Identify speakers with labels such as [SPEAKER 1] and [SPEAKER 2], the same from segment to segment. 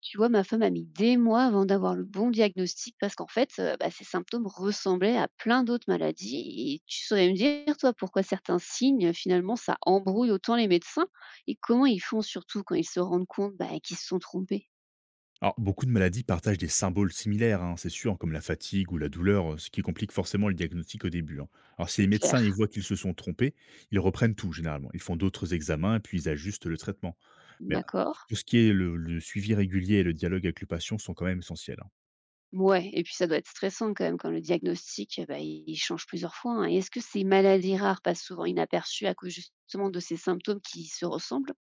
[SPEAKER 1] Tu vois, ma femme a mis des mois avant d'avoir le bon diagnostic parce qu'en fait, bah, ces symptômes ressemblaient à plein d'autres maladies. Et tu saurais me dire, toi, pourquoi certains signes, finalement, ça embrouille autant les médecins et comment ils font surtout quand ils se rendent compte bah, qu'ils se sont trompés.
[SPEAKER 2] Alors, beaucoup de maladies partagent des symboles similaires, hein, c'est sûr, comme la fatigue ou la douleur, ce qui complique forcément le diagnostic au début. Hein. Alors, si les
[SPEAKER 1] C'est
[SPEAKER 2] médecins ils
[SPEAKER 1] clair.
[SPEAKER 2] voient qu'ils se sont trompés, ils reprennent tout généralement. Ils font d'autres examens, puis ils ajustent le traitement. Mais
[SPEAKER 1] D'accord.
[SPEAKER 2] tout ce qui est le suivi régulier et le dialogue avec le patient sont quand même essentiels. Hein.
[SPEAKER 1] Ouais, et puis ça doit être stressant quand même quand le diagnostic, bah, il change plusieurs fois, hein. Et est-ce que ces maladies rares passent souvent inaperçues à cause justement de ces symptômes qui se ressemblent?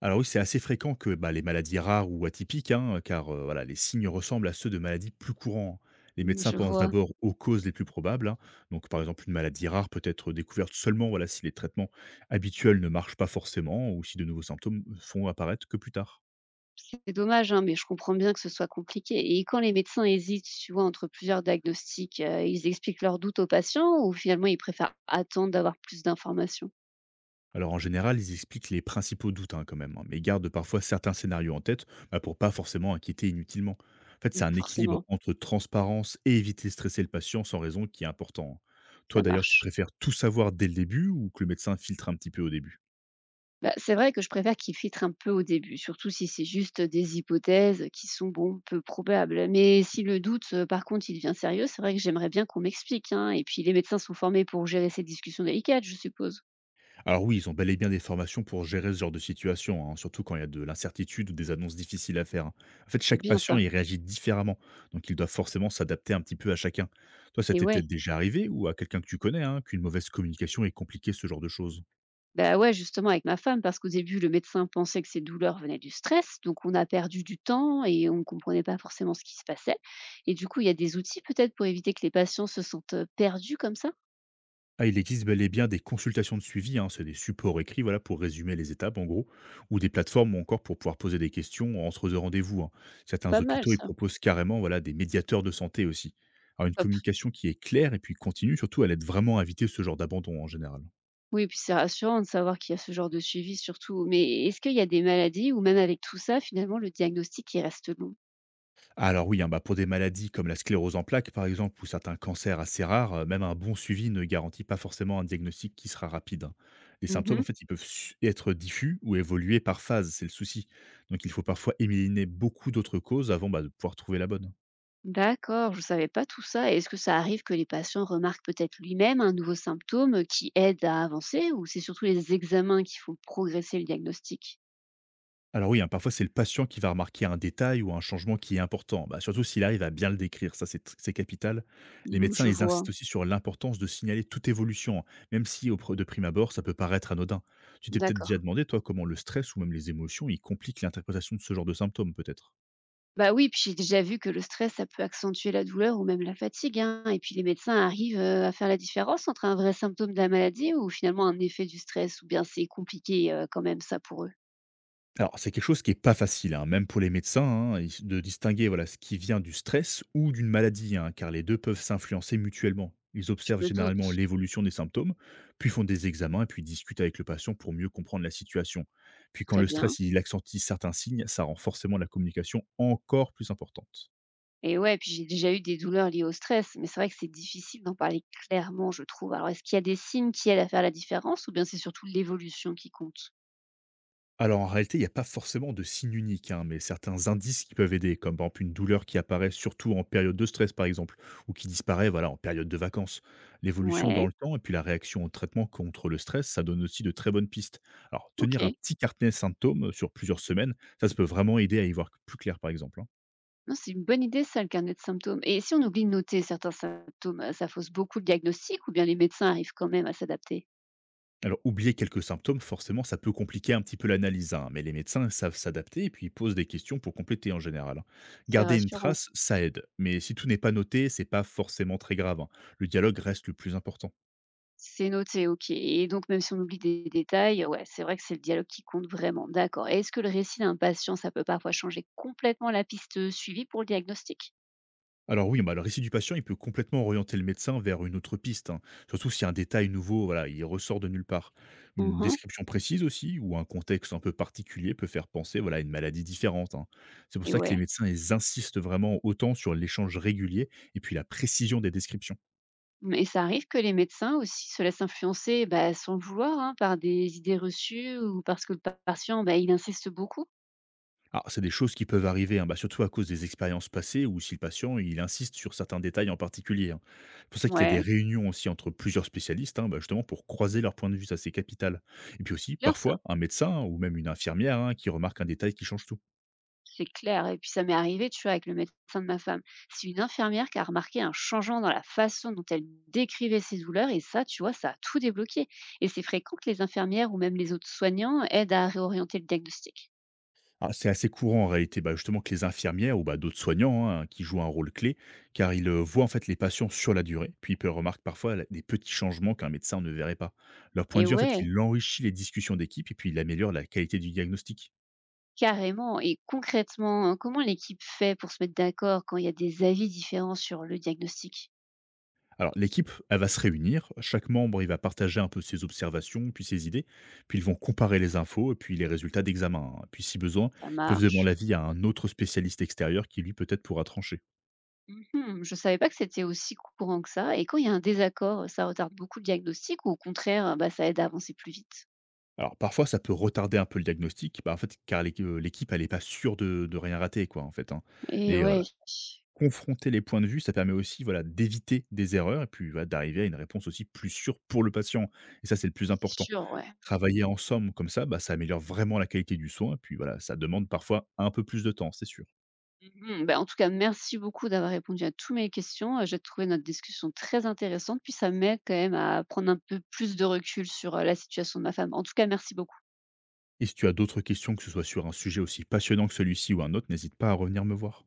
[SPEAKER 2] Alors oui, c'est assez fréquent que bah, les maladies rares ou atypiques, hein, car voilà, les signes ressemblent à ceux de maladies plus courantes. Les
[SPEAKER 1] Mm,
[SPEAKER 2] médecins
[SPEAKER 1] je
[SPEAKER 2] pensent
[SPEAKER 1] vois.
[SPEAKER 2] d'abord aux causes les plus probables. Hein. Donc, par exemple, une maladie rare peut être découverte seulement voilà, si les traitements habituels ne marchent pas forcément ou si de nouveaux symptômes font apparaître que plus tard.
[SPEAKER 1] C'est dommage, hein, mais je comprends bien que ce soit compliqué. Et quand les médecins hésitent, tu vois, entre plusieurs diagnostics, ils expliquent leurs doutes aux patients ou finalement ils préfèrent attendre d'avoir plus d'informations?
[SPEAKER 2] Alors en général, ils expliquent les principaux doutes hein, quand même, hein, mais gardent parfois certains scénarios en tête bah, pour pas forcément inquiéter inutilement. En fait, c'est
[SPEAKER 1] Donc
[SPEAKER 2] un équilibre
[SPEAKER 1] forcément,
[SPEAKER 2] entre transparence et éviter de stresser le patient sans raison qui est important. Hein. Toi
[SPEAKER 1] ça
[SPEAKER 2] d'ailleurs, tu
[SPEAKER 1] marche.
[SPEAKER 2] préfères tout savoir dès le début ou que le médecin filtre un petit peu au début?
[SPEAKER 1] Bah, c'est vrai que je préfère qu'ils filtrent un peu au début, surtout si c'est juste des hypothèses qui sont, bon, peu probables. Mais si le doute, par contre, il devient sérieux, c'est vrai que j'aimerais bien qu'on m'explique, hein. Et puis les médecins sont formés pour gérer ces discussions délicates, je suppose.
[SPEAKER 2] Alors oui, ils ont bel et bien des formations pour gérer ce genre de situation, hein, surtout quand il y a de l'incertitude ou des annonces difficiles à faire. Hein. En fait,
[SPEAKER 1] C'est
[SPEAKER 2] chaque
[SPEAKER 1] bien
[SPEAKER 2] patient,
[SPEAKER 1] ça?
[SPEAKER 2] il réagit différemment, donc il doit forcément s'adapter un petit peu à chacun. Toi, ça
[SPEAKER 1] Et
[SPEAKER 2] t'est peut-être
[SPEAKER 1] ouais.
[SPEAKER 2] déjà arrivé ou à quelqu'un que tu connais, hein, qu'une mauvaise communication ait compliqué ce genre de choses?
[SPEAKER 1] Bah, ouais, justement avec ma femme parce qu'au début, le médecin pensait que ces douleurs venaient du stress, donc on a perdu du temps et on ne comprenait pas forcément ce qui se passait. Et du coup, il y a des outils peut-être pour éviter que les patients se sentent, perdus comme ça?
[SPEAKER 2] Ah, il existe bel et bien des consultations de suivi, hein, c'est des supports écrits voilà, pour résumer les étapes en gros, ou des plateformes ou encore pour pouvoir poser des questions entre deux rendez-vous. Hein. Certains
[SPEAKER 1] Pas mal
[SPEAKER 2] hôpitaux ils
[SPEAKER 1] ça.
[SPEAKER 2] proposent carrément voilà, des médiateurs de santé aussi. Alors une
[SPEAKER 1] Top.
[SPEAKER 2] communication qui est claire et puis continue, surtout elle aide vraiment à éviter ce genre d'abandon en général.
[SPEAKER 1] Oui, puis c'est rassurant de savoir qu'il y a ce genre de suivi surtout. Mais est-ce qu'il y a des maladies où même avec tout ça, finalement, le diagnostic, il reste long?
[SPEAKER 2] Alors oui, hein, bah, pour des maladies comme la sclérose en plaques, par exemple, ou certains cancers assez rares, même un bon suivi ne garantit pas forcément un diagnostic qui sera rapide. Hein. Les symptômes, en
[SPEAKER 1] Mmh.
[SPEAKER 2] fait, ils peuvent être diffus ou évoluer par phase, c'est le souci. Donc il faut parfois éliminer beaucoup d'autres causes avant bah, de pouvoir trouver la bonne.
[SPEAKER 1] D'accord, je ne savais pas tout ça. Et est-ce que ça arrive que les patients remarquent peut-être lui-même un nouveau symptôme qui aide à avancer ou c'est surtout les examens qui font progresser le diagnostic?
[SPEAKER 2] Alors oui, hein, parfois c'est le patient qui va remarquer un détail ou un changement qui est important, bah, surtout s'il arrive à bien le décrire, ça c'est capital. Les
[SPEAKER 1] Non,
[SPEAKER 2] médecins,
[SPEAKER 1] je
[SPEAKER 2] ils
[SPEAKER 1] vois.
[SPEAKER 2] insistent aussi sur l'importance de signaler toute évolution, hein, même si au de prime abord ça peut paraître anodin. Tu t'es peut-être déjà
[SPEAKER 1] D'accord.
[SPEAKER 2] demandé, toi, comment le stress ou même les émotions, ils compliquent l'interprétation de ce genre de symptômes peut-être?
[SPEAKER 1] Bah oui, puis j'ai déjà vu que le stress, ça peut accentuer la douleur ou même la fatigue, hein. Et puis les médecins arrivent à faire la différence entre un vrai symptôme de la maladie ou finalement un effet du stress, ou bien c'est compliqué quand même ça pour eux.
[SPEAKER 2] Alors, c'est quelque chose qui est pas facile, hein, même pour les médecins, hein, de distinguer voilà, ce qui vient du stress ou d'une maladie, hein, car les deux peuvent s'influencer mutuellement. Ils
[SPEAKER 1] Je
[SPEAKER 2] observent
[SPEAKER 1] me
[SPEAKER 2] généralement
[SPEAKER 1] doute,
[SPEAKER 2] l'évolution des symptômes, puis font des examens et puis discutent avec le patient pour mieux comprendre la situation. Puis quand
[SPEAKER 1] très
[SPEAKER 2] le
[SPEAKER 1] bien.
[SPEAKER 2] stress il accentue certains signes, ça rend forcément la communication encore plus importante.
[SPEAKER 1] Et ouais, puis j'ai déjà eu des douleurs liées au stress, mais c'est vrai que c'est difficile d'en parler clairement, je trouve. Alors, est-ce qu'il y a des signes qui aident à faire la différence ou bien c'est surtout l'évolution qui compte?
[SPEAKER 2] Alors en réalité, il n'y a pas forcément de signe unique, hein, mais certains indices qui peuvent aider, comme par exemple une douleur qui apparaît surtout en période de stress par exemple, ou qui disparaît voilà en période de vacances. L'évolution dans
[SPEAKER 1] Ouais,
[SPEAKER 2] le temps et puis la réaction au traitement contre le stress, ça donne aussi de très bonnes pistes. Alors tenir un
[SPEAKER 1] OK.
[SPEAKER 2] petit carnet symptômes sur plusieurs semaines, ça peut vraiment aider à y voir plus clair par exemple. Hein.
[SPEAKER 1] Non, c'est une bonne idée ça, le carnet de symptômes. Et si on oublie de noter certains symptômes, ça fausse beaucoup le diagnostic ou bien les médecins arrivent quand même à s'adapter?
[SPEAKER 2] Alors, oublier quelques symptômes, forcément, ça peut compliquer un petit peu l'analyse, hein, mais les médecins savent s'adapter et puis ils posent des questions pour compléter en général. Hein.
[SPEAKER 1] C'est
[SPEAKER 2] Garder une
[SPEAKER 1] rassurant.
[SPEAKER 2] trace, ça aide, mais si tout n'est pas noté, c'est pas forcément très grave. Hein. Le dialogue reste le plus important.
[SPEAKER 1] C'est noté, OK. Et donc même si on oublie des détails, ouais, c'est vrai que c'est le dialogue qui compte vraiment, d'accord. Et est-ce que le récit d'un patient, ça peut parfois changer complètement la piste suivie pour le diagnostic?
[SPEAKER 2] Alors oui, bah, le récit du patient, il peut complètement orienter le médecin vers une autre piste, hein. Surtout si un détail nouveau, voilà, il ressort de nulle part. Une
[SPEAKER 1] Mmh.
[SPEAKER 2] description précise aussi, ou un contexte un peu particulier peut faire penser, voilà, à une maladie différente. Hein. C'est pour
[SPEAKER 1] Et
[SPEAKER 2] ça que les
[SPEAKER 1] ouais.
[SPEAKER 2] médecins, ils insistent vraiment autant sur l'échange régulier et puis la précision des descriptions.
[SPEAKER 1] Mmh, et ça arrive que les médecins aussi se laissent influencer, bah, sans le vouloir, hein, par des idées reçues ou parce que le patient, bah, il insiste beaucoup.
[SPEAKER 2] Alors, c'est des choses qui peuvent arriver, hein, bah, surtout à cause des expériences passées ou si le patient il insiste sur certains détails en particulier. Hein. C'est pour ça qu'il y a des
[SPEAKER 1] Ouais,
[SPEAKER 2] réunions aussi entre plusieurs spécialistes, hein, bah, justement pour croiser leur point de vue, ça c'est capital. Et puis aussi,
[SPEAKER 1] bien ça,
[SPEAKER 2] parfois, un médecin ou même une infirmière hein, qui remarque un détail qui change tout.
[SPEAKER 1] c'est clair et puis ça m'est arrivé, tu vois, avec le médecin de ma femme. C'est une infirmière qui a remarqué un changement dans la façon dont elle décrivait ses douleurs et ça, tu vois, ça a tout débloqué, et c'est fréquent que les infirmières ou même les autres soignants aident à réorienter le diagnostic.
[SPEAKER 2] Alors, c'est assez courant en réalité, bah, justement que les infirmières ou bah, d'autres soignants hein, qui jouent un rôle clé, car ils voient en fait les patients sur la durée, puis ils remarquent parfois des petits changements qu'un médecin ne verrait pas. Leur point
[SPEAKER 1] Et
[SPEAKER 2] de vue, en fait,
[SPEAKER 1] ouais,
[SPEAKER 2] il enrichit les discussions d'équipe et puis il améliore la qualité du diagnostic.
[SPEAKER 1] carrément, et concrètement, comment l'équipe fait pour se mettre d'accord quand il y a des avis différents sur le diagnostic?
[SPEAKER 2] Alors, l'équipe, elle va se réunir. Chaque membre, il va partager un peu ses observations, puis ses idées. Puis ils vont comparer les infos et puis les résultats d'examen. Hein. Puis, si besoin,
[SPEAKER 1] Ça
[SPEAKER 2] ils peuvent demander
[SPEAKER 1] marche.
[SPEAKER 2] l'avis à un autre spécialiste extérieur qui, lui, peut-être pourra trancher.
[SPEAKER 1] Mmh mh. Je ne savais pas que c'était aussi courant que ça, et quand il y a un désaccord, ça retarde beaucoup le diagnostic ou au contraire, bah, ça aide à avancer plus vite?
[SPEAKER 2] Alors, parfois, ça peut retarder un peu le diagnostic, bah, en fait, car l'équipe, elle n'est pas sûre de, rien rater, quoi, en fait. Hein.
[SPEAKER 1] Et
[SPEAKER 2] Mais voilà,
[SPEAKER 1] ouais,
[SPEAKER 2] confronter les points de vue, ça permet aussi voilà, d'éviter des erreurs et puis voilà, d'arriver à une réponse aussi plus sûre pour le patient. Et ça, c'est le plus
[SPEAKER 1] c'est
[SPEAKER 2] important.
[SPEAKER 1] sûr, ouais.
[SPEAKER 2] Travailler ensemble comme ça, bah, ça améliore vraiment la qualité du soin. Et puis voilà, ça demande parfois un peu plus de temps, c'est sûr.
[SPEAKER 1] Mmh, bah, en tout cas, merci beaucoup d'avoir répondu à tous mes questions, j'ai trouvé notre discussion très intéressante puis ça m'aide quand même à prendre un peu plus de recul sur, la situation de ma femme. En tout cas, merci beaucoup.
[SPEAKER 2] Et si tu as d'autres questions, que ce soit sur un sujet aussi passionnant que celui-ci ou un autre, n'hésite pas à revenir me voir.